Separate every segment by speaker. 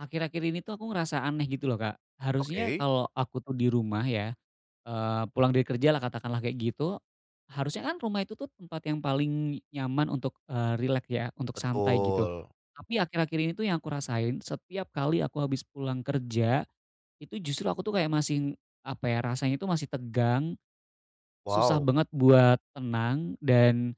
Speaker 1: Akhir-akhir ini tuh aku ngerasa aneh gitu loh, Kak. Harusnya
Speaker 2: Oke,
Speaker 1: kalau aku tuh di rumah ya, pulang dari kerja lah katakanlah kayak gitu, harusnya kan rumah itu tuh tempat yang paling nyaman untuk, rileks ya, untuk santai gitu.
Speaker 2: betul.
Speaker 1: Tapi akhir-akhir ini tuh yang aku rasain setiap kali aku habis pulang kerja, itu justru aku tuh kayak masih, apa ya, rasanya itu masih tegang, susah
Speaker 2: Wow,
Speaker 1: banget buat tenang dan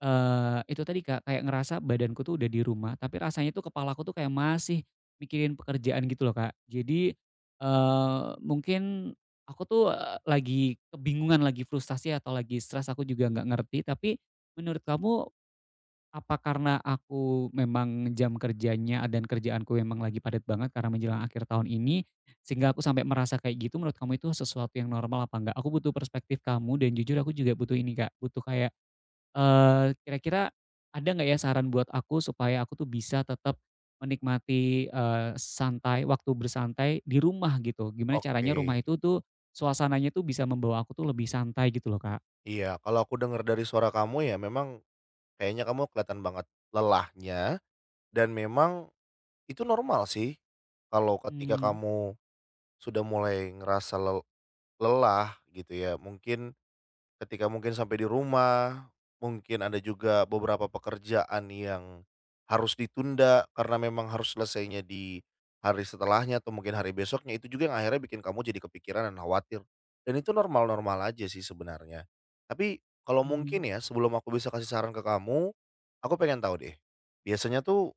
Speaker 1: Eee, itu tadi Kak, kayak ngerasa badanku tuh udah di rumah, tapi rasanya tuh kepalaku tuh kayak masih mikirin pekerjaan gitu loh Kak. Jadi, mungkin aku tuh, lagi kebingungan, lagi frustasi atau lagi stres aku juga nggak ngerti, tapi menurut kamu apa karena aku memang jam kerjanya dan kerjaanku memang lagi padat banget karena menjelang akhir tahun ini, sehingga aku sampai merasa kayak gitu, menurut kamu itu sesuatu yang normal apa enggak? Aku butuh perspektif kamu dan jujur aku juga butuh ini Kak, butuh kayak, kira-kira ada nggak ya saran buat aku supaya aku tuh bisa tetap menikmati, santai waktu bersantai di rumah gitu? Gimana caranya
Speaker 2: oke.
Speaker 1: rumah itu tuh suasananya tuh bisa membawa aku tuh lebih santai gitu loh, Kak.
Speaker 2: Iya, kalau aku dengar dari suara kamu ya memang kayaknya kamu kelihatan banget lelahnya, dan memang itu normal sih kalau ketika
Speaker 1: Mmm,
Speaker 2: kamu sudah mulai ngerasa lelah gitu ya. Mungkin ketika mungkin sampai di rumah, mungkin ada juga beberapa pekerjaan yang harus ditunda karena memang harus selesainya di hari setelahnya atau mungkin hari besoknya, itu juga yang akhirnya bikin kamu jadi kepikiran dan khawatir. Dan itu normal-normal aja sih sebenarnya. Tapi kalau
Speaker 1: mhm.
Speaker 2: mungkin ya, sebelum aku bisa kasih saran ke kamu, aku pengen tahu deh, biasanya tuh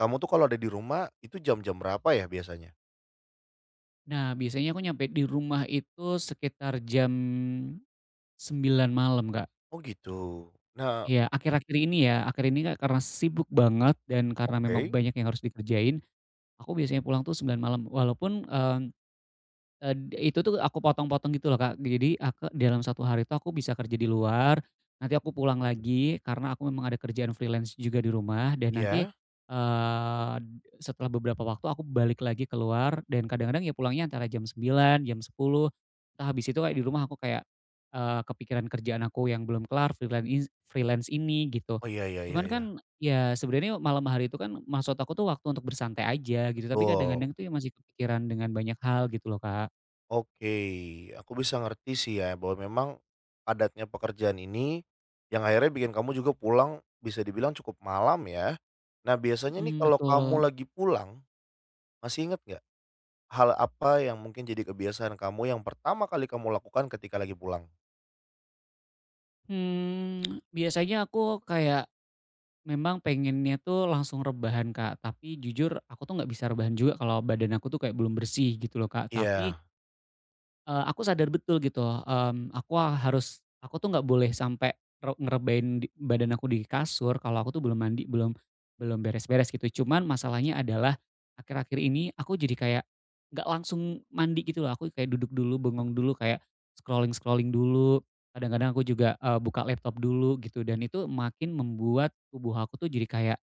Speaker 2: kamu tuh kalau ada di rumah itu jam-jam berapa ya biasanya?
Speaker 1: Nah, biasanya aku nyampe di rumah itu sekitar jam 9 malam, Kak.
Speaker 2: Oh gitu. Nah,
Speaker 1: Iya, akhir-akhir ini ya, akhir ini Kak, karena sibuk banget dan karena memang
Speaker 2: oke.
Speaker 1: banyak yang harus dikerjain, aku biasanya pulang tuh 9 malam walaupun, itu tuh aku potong-potong gitu loh, Kak. Jadi aku dalam satu hari itu aku bisa kerja di luar, nanti aku pulang lagi karena aku memang ada kerjaan freelance juga di rumah dan nanti,
Speaker 2: Ya.
Speaker 1: eee, setelah beberapa waktu aku balik lagi keluar dan kadang-kadang ya pulangnya antara jam 9, jam 10. Entah habis itu kayak di rumah aku kayak, kepikiran kerjaan aku yang belum kelar, freelance is freelance ini gitu.
Speaker 2: Oh, iya iya
Speaker 1: Cuman
Speaker 2: iya
Speaker 1: kan
Speaker 2: iya.
Speaker 1: ya sebenarnya malam hari itu kan maksud aku tuh waktu untuk bersantai aja gitu, tapi
Speaker 2: Betul.
Speaker 1: kadang-kadang tuh ya masih kepikiran dengan banyak hal gitu loh, Kak.
Speaker 2: Oke, aku bisa ngerti sih ya bahwa memang padatnya pekerjaan ini yang akhirnya bikin kamu juga pulang bisa dibilang cukup malam ya. Nah, biasanya nih
Speaker 1: Mhm,
Speaker 2: kalau kamu
Speaker 1: betul.
Speaker 2: lagi pulang, masih inget nggak hal apa yang mungkin jadi kebiasaan kamu yang pertama kali kamu lakukan ketika lagi pulang?
Speaker 1: Mmm, biasanya aku kayak memang pengennya tuh langsung rebahan, Kak, tapi jujur aku tuh nggak bisa rebahan juga kalau badan aku tuh kayak belum bersih gitu loh, Kak. Tapi
Speaker 2: Iya,
Speaker 1: Eee, aku sadar betul gitu, mmm, aku tuh nggak boleh sampai ngerebain di badan aku di kasur kalau aku tuh belum mandi, belum belum beres-beres gitu. Cuman masalahnya adalah akhir-akhir ini aku jadi kayak nggak langsung mandi gitu loh, aku kayak duduk dulu, bengong dulu, kayak scrolling-scrolling dulu, kadang-kadang aku juga, buka laptop dulu gitu dan itu makin membuat tubuh aku tuh jadi kayak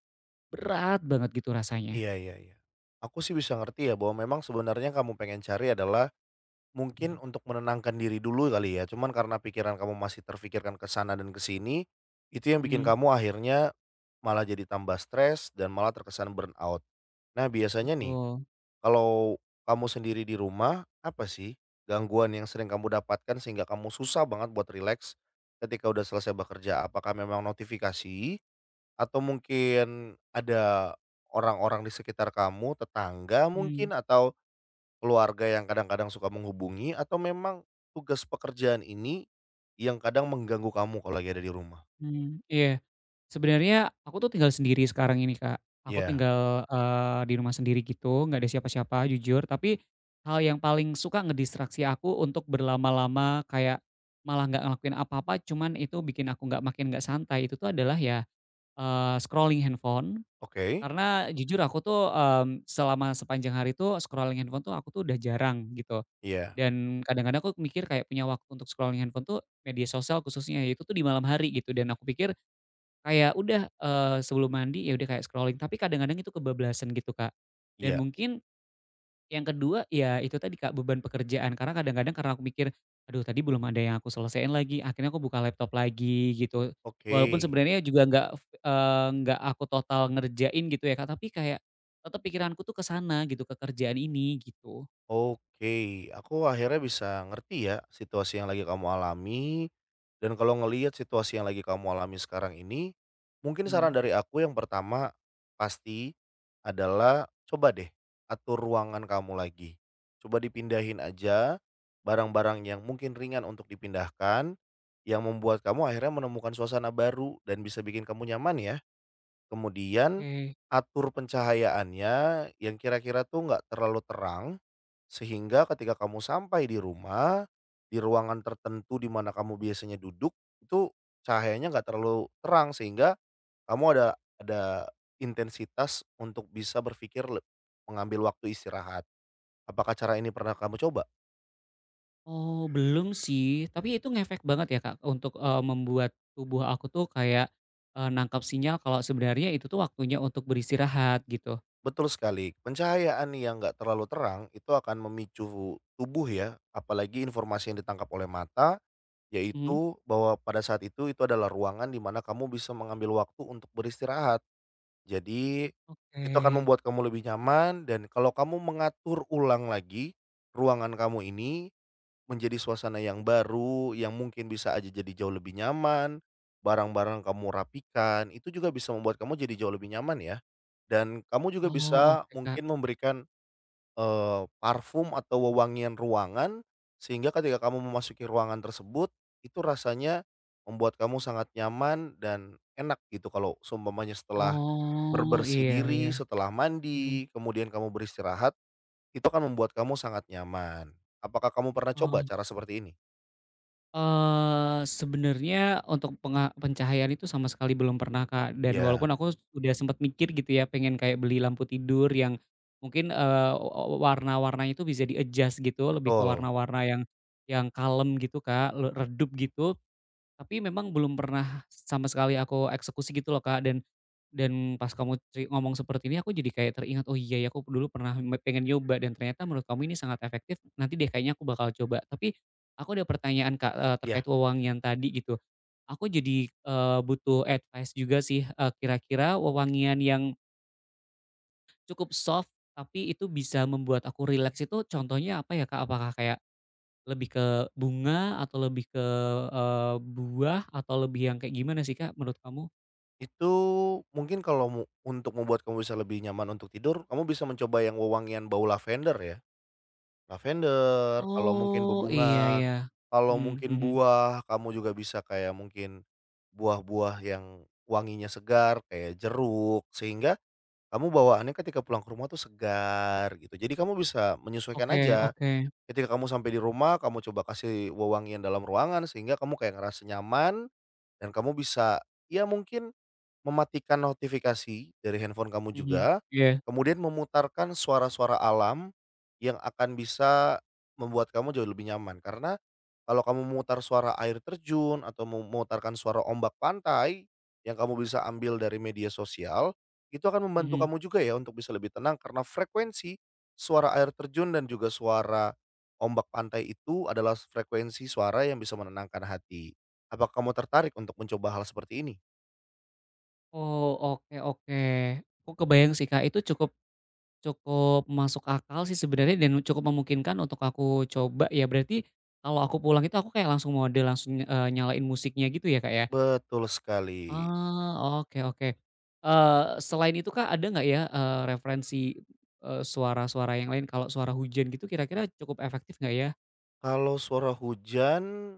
Speaker 1: berat banget gitu rasanya.
Speaker 2: iya iya iya. Aku sih bisa ngerti ya bahwa memang sebenarnya yang kamu pengen cari adalah mungkin untuk menenangkan diri dulu kali ya, cuman karena pikiran kamu masih terfikirkan ke sana dan ke sini, itu yang bikin
Speaker 1: Mhm,
Speaker 2: kamu akhirnya malah jadi tambah stres dan malah terkesan burnout. Nah, biasanya nih,
Speaker 1: betul.
Speaker 2: kalau kamu sendiri di rumah, apa sih gangguan yang sering kamu dapatkan sehingga kamu susah banget buat rileks ketika udah selesai bekerja? Apakah memang notifikasi atau mungkin ada orang-orang di sekitar kamu, tetangga
Speaker 1: Mhm.
Speaker 2: mungkin, atau keluarga yang kadang-kadang suka menghubungi, atau memang tugas pekerjaan ini yang kadang mengganggu kamu kalau lagi ada di rumah?
Speaker 1: Mmm, iya. Sebenarnya aku tuh tinggal sendiri sekarang ini, Kak. Aku
Speaker 2: Iya,
Speaker 1: tinggal, di rumah sendiri gitu, nggak ada siapa-siapa jujur, tapi hal yang paling suka ngedistraksi aku untuk berlama-lama kayak malah nggak ngelakuin apa-apa, cuman itu bikin aku nggak makin nggak santai, itu tuh adalah ya, scrolling handphone.
Speaker 2: oke.
Speaker 1: Karena jujur aku tuh, mmm, selama sepanjang hari tuh scrolling handphone tuh aku tuh udah jarang gitu,
Speaker 2: Iya
Speaker 1: dan kadang-kadang aku mikir kayak punya waktu untuk scrolling handphone tuh media sosial khususnya, itu tuh di malam hari gitu, dan aku pikir kayak udah, sebelum mandi ya udah kayak scrolling, tapi kadang-kadang itu kebablasan gitu, Kak. Dan
Speaker 2: iya,
Speaker 1: mungkin yang kedua ya itu tadi, Kak, beban pekerjaan karena kadang-kadang karena aku mikir, "Aduh tadi belum ada yang aku selesaiin lagi," akhirnya aku buka laptop lagi gitu.
Speaker 2: oke.
Speaker 1: Walaupun sebenarnya juga nggak f eee, nggak aku total ngerjain gitu ya, Kak, tapi kayak tetep pikiranku tuh ke sana gitu, ke kerjaan ini gitu.
Speaker 2: Oke, aku akhirnya bisa ngerti ya situasi yang lagi kamu alami, dan kalau ngelihat situasi yang lagi kamu alami sekarang ini, mungkin saran
Speaker 1: Mmm.
Speaker 2: dari aku yang pertama pasti adalah coba deh atur ruangan kamu lagi. Coba dipindahin aja barang-barang yang mungkin ringan untuk dipindahkan, yang membuat kamu akhirnya menemukan suasana baru dan bisa bikin kamu nyaman ya. Kemudian
Speaker 1: Oke.
Speaker 2: atur pencahayaannya yang kira-kira tuh nggak terlalu terang, sehingga ketika kamu sampai di rumah, di ruangan tertentu di mana kamu biasanya duduk, itu cahayanya nggak terlalu terang sehingga kamu ada intensitas untuk bisa berpikir mengambil waktu istirahat. Apakah cara ini pernah kamu coba?
Speaker 1: Oh belum sih, tapi itu ngefek banget ya Kak untuk, membuat tubuh aku tuh kayak, nangkap sinyal kalau sebenarnya itu tuh waktunya untuk beristirahat gitu.
Speaker 2: Betul sekali, pencahayaan yang nggak terlalu terang itu akan memicu tubuh ya, apalagi informasi yang ditangkap oleh mata,
Speaker 1: Mhm,
Speaker 2: yaitu bahwa pada saat itu adalah ruangan di mana kamu bisa mengambil waktu untuk beristirahat. Jadi,
Speaker 1: oke.
Speaker 2: itu akan membuat kamu lebih nyaman, dan kalau kamu mengatur ulang lagi ruangan kamu ini menjadi suasana yang baru, yang mungkin bisa aja jadi jauh lebih nyaman, barang-barang kamu rapikan, itu juga bisa membuat kamu jadi jauh lebih nyaman ya. Dan kamu juga
Speaker 1: Oh
Speaker 2: bisa
Speaker 1: oke Kak.
Speaker 2: mungkin memberikan parfum atau wewangian ruangan, sehingga ketika kamu memasuki ruangan tersebut, itu rasanya membuat kamu sangat nyaman dan enak gitu kalau seumpamanya setelah
Speaker 1: Oh
Speaker 2: berbersih
Speaker 1: iya iya.
Speaker 2: diri, setelah
Speaker 1: Mhm,
Speaker 2: mandi, kemudian kamu beristirahat, itu akan membuat kamu sangat nyaman. Apakah kamu pernah coba
Speaker 1: oh.
Speaker 2: cara seperti ini?
Speaker 1: Sebenarnya untuk pencahayaan itu sama sekali belum pernah, Kak, dan walaupun
Speaker 2: Ya,
Speaker 1: aku udah sempet mikir gitu ya, pengen kayak beli lampu tidur yang mungkin, warna-warnanya itu bisa di-adjust gitu, lebih ke
Speaker 2: betul.
Speaker 1: warna-warna yang kalem gitu, Kak, redup gitu. Tapi memang belum pernah sama sekali aku eksekusi gitu loh, Kak, dan pas kamu ngomong seperti ini aku jadi kayak teringat, "Oh iya ya aku dulu pernah pengen nyoba dan ternyata menurut kamu ini sangat efektif, nanti deh kayaknya aku bakal coba." Tapi aku ada pertanyaan, Kak, terkait
Speaker 2: Ya,
Speaker 1: wewangian tadi gitu. Aku jadi, butuh advice juga sih, kira-kira wewangian yang cukup soft tapi itu bisa membuat aku rileks itu contohnya apa ya, Kak? Apakah kayak lebih ke bunga atau lebih ke, buah atau lebih yang kayak gimana sih, Kak, menurut kamu?
Speaker 2: itu mungkin kalau untuk membuat kamu bisa lebih nyaman untuk tidur, kamu bisa mencoba yang wewangian bau lavender ya. Lavender, kalau mungkin
Speaker 1: Oh, iya
Speaker 2: bebunga,
Speaker 1: ya.
Speaker 2: kalau
Speaker 1: Mmm,
Speaker 2: mungkin
Speaker 1: mhm.
Speaker 2: buah, kamu juga bisa kayak mungkin buah-buah yang wanginya segar kayak jeruk, sehingga kamu bawaannya ketika pulang ke rumah tuh segar gitu. Jadi kamu bisa menyesuaikan
Speaker 1: Oke
Speaker 2: aja,
Speaker 1: oke.
Speaker 2: ketika kamu sampai di rumah kamu coba kasih wewangian dalam ruangan sehingga kamu kayak ngerasa nyaman dan kamu bisa, ya mungkin mematikan notifikasi dari handphone kamu
Speaker 1: Mhm.
Speaker 2: juga,
Speaker 1: Iya.
Speaker 2: kemudian memutarkan suara-suara alam yang akan bisa membuat kamu jauh lebih nyaman. Karena kalau kamu memutar suara air terjun atau memutarkan suara ombak pantai yang kamu bisa ambil dari media sosial, itu akan membantu
Speaker 1: Mhm.
Speaker 2: kamu juga ya untuk bisa lebih tenang karena frekuensi suara air terjun dan juga suara ombak pantai itu adalah frekuensi suara yang bisa menenangkan hati. Apakah kamu tertarik untuk mencoba hal seperti ini?
Speaker 1: Oh, oke oke. Aku kebayang sih, Kak, itu cukup cukup masuk akal sih sebenarnya dan cukup memungkinkan untuk aku coba ya. Berarti kalau aku pulang itu aku kayak langsung mode, langsung, nyalain musiknya gitu ya, Kak, ya?
Speaker 2: Betul sekali.
Speaker 1: Ah oke oke. Eee, Selain itu Kak, ada nggak ya, referensi, suara-suara yang lain kalau suara hujan gitu kira-kira cukup efektif nggak ya?
Speaker 2: Kalau suara hujan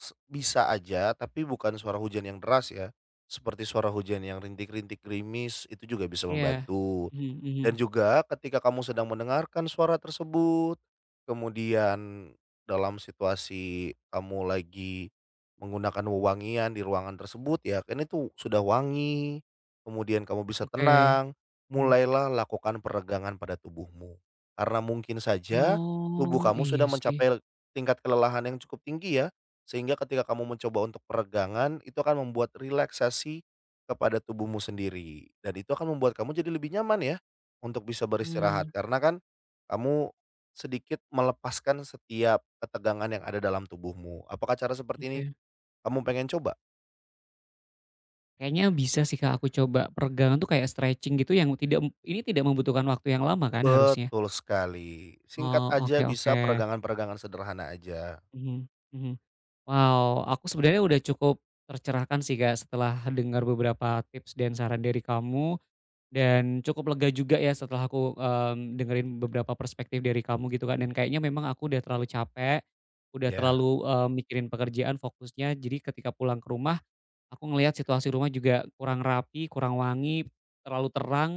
Speaker 2: bisa aja, tapi bukan suara hujan yang deras ya, seperti suara hujan yang rintik-rintik gerimis itu juga bisa
Speaker 1: Iya.
Speaker 2: membantu.
Speaker 1: Mhm
Speaker 2: Dan
Speaker 1: mhm.
Speaker 2: juga ketika kamu sedang mendengarkan suara tersebut, kemudian dalam situasi kamu lagi menggunakan wewangian di ruangan tersebut ya, ini tuh sudah wangi, kemudian kamu bisa
Speaker 1: Oke.
Speaker 2: tenang,
Speaker 1: Mhm.
Speaker 2: mulailah lakukan peregangan pada tubuhmu. Karena mungkin saja tubuh
Speaker 1: Oh,
Speaker 2: kamu
Speaker 1: iya
Speaker 2: sudah
Speaker 1: sih.
Speaker 2: mencapai tingkat kelelahan yang cukup tinggi ya, sehingga ketika kamu mencoba untuk peregangan itu akan membuat relaksasi kepada tubuhmu sendiri dan itu akan membuat kamu jadi lebih nyaman ya. Untuk bisa beristirahat
Speaker 1: Mmm,
Speaker 2: karena kan, kamu sedikit melepaskan setiap ketegangan yang ada dalam tubuhmu. Apakah cara seperti ini
Speaker 1: oke.
Speaker 2: kamu pengen coba?
Speaker 1: Kayaknya bisa sih Kak, aku coba. Peregangan tuh kayak stretching gitu yang tidak ini tidak membutuhkan waktu yang lama kan harusnya?
Speaker 2: Betul sekali, singkat
Speaker 1: Oh,
Speaker 2: aja
Speaker 1: oke
Speaker 2: bisa
Speaker 1: oke.
Speaker 2: peregangan-peregangan sederhana aja.
Speaker 1: Mhm mhm. Wow, aku sebenarnya udah cukup tercerahkan sih Kak, setelah dengar beberapa tips dan saran dari kamu, dan cukup lega juga ya setelah aku, mmm, dengerin beberapa perspektif dari kamu gitu Kak, dan kayaknya memang aku udah terlalu capek, udah
Speaker 2: Ya.
Speaker 1: terlalu, mikirin pekerjaan fokusnya, jadi ketika pulang ke rumah, aku ngelihat situasi rumah juga kurang rapi, kurang wangi, terlalu terang,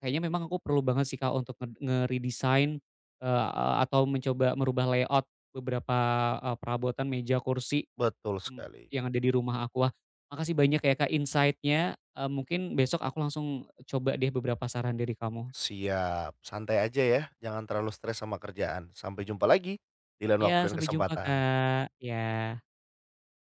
Speaker 1: kayaknya memang aku perlu banget sih Kak, untuk nge-redesign, eee, atau mencoba merubah layout beberapa, perabotan meja, kursi.
Speaker 2: Betul
Speaker 1: Mmm,
Speaker 2: sekali.
Speaker 1: yang ada di rumah aku. Wah, makasih banyak ya Kak insight-nya, mungkin besok aku langsung coba deh beberapa saran dari kamu.
Speaker 2: Siap, santai aja ya, jangan terlalu stres sama kerjaan. Sampai jumpa lagi di lain
Speaker 1: Ya
Speaker 2: waktu dan
Speaker 1: sampai jumpa
Speaker 2: kesempatan.
Speaker 1: Kak. Iya.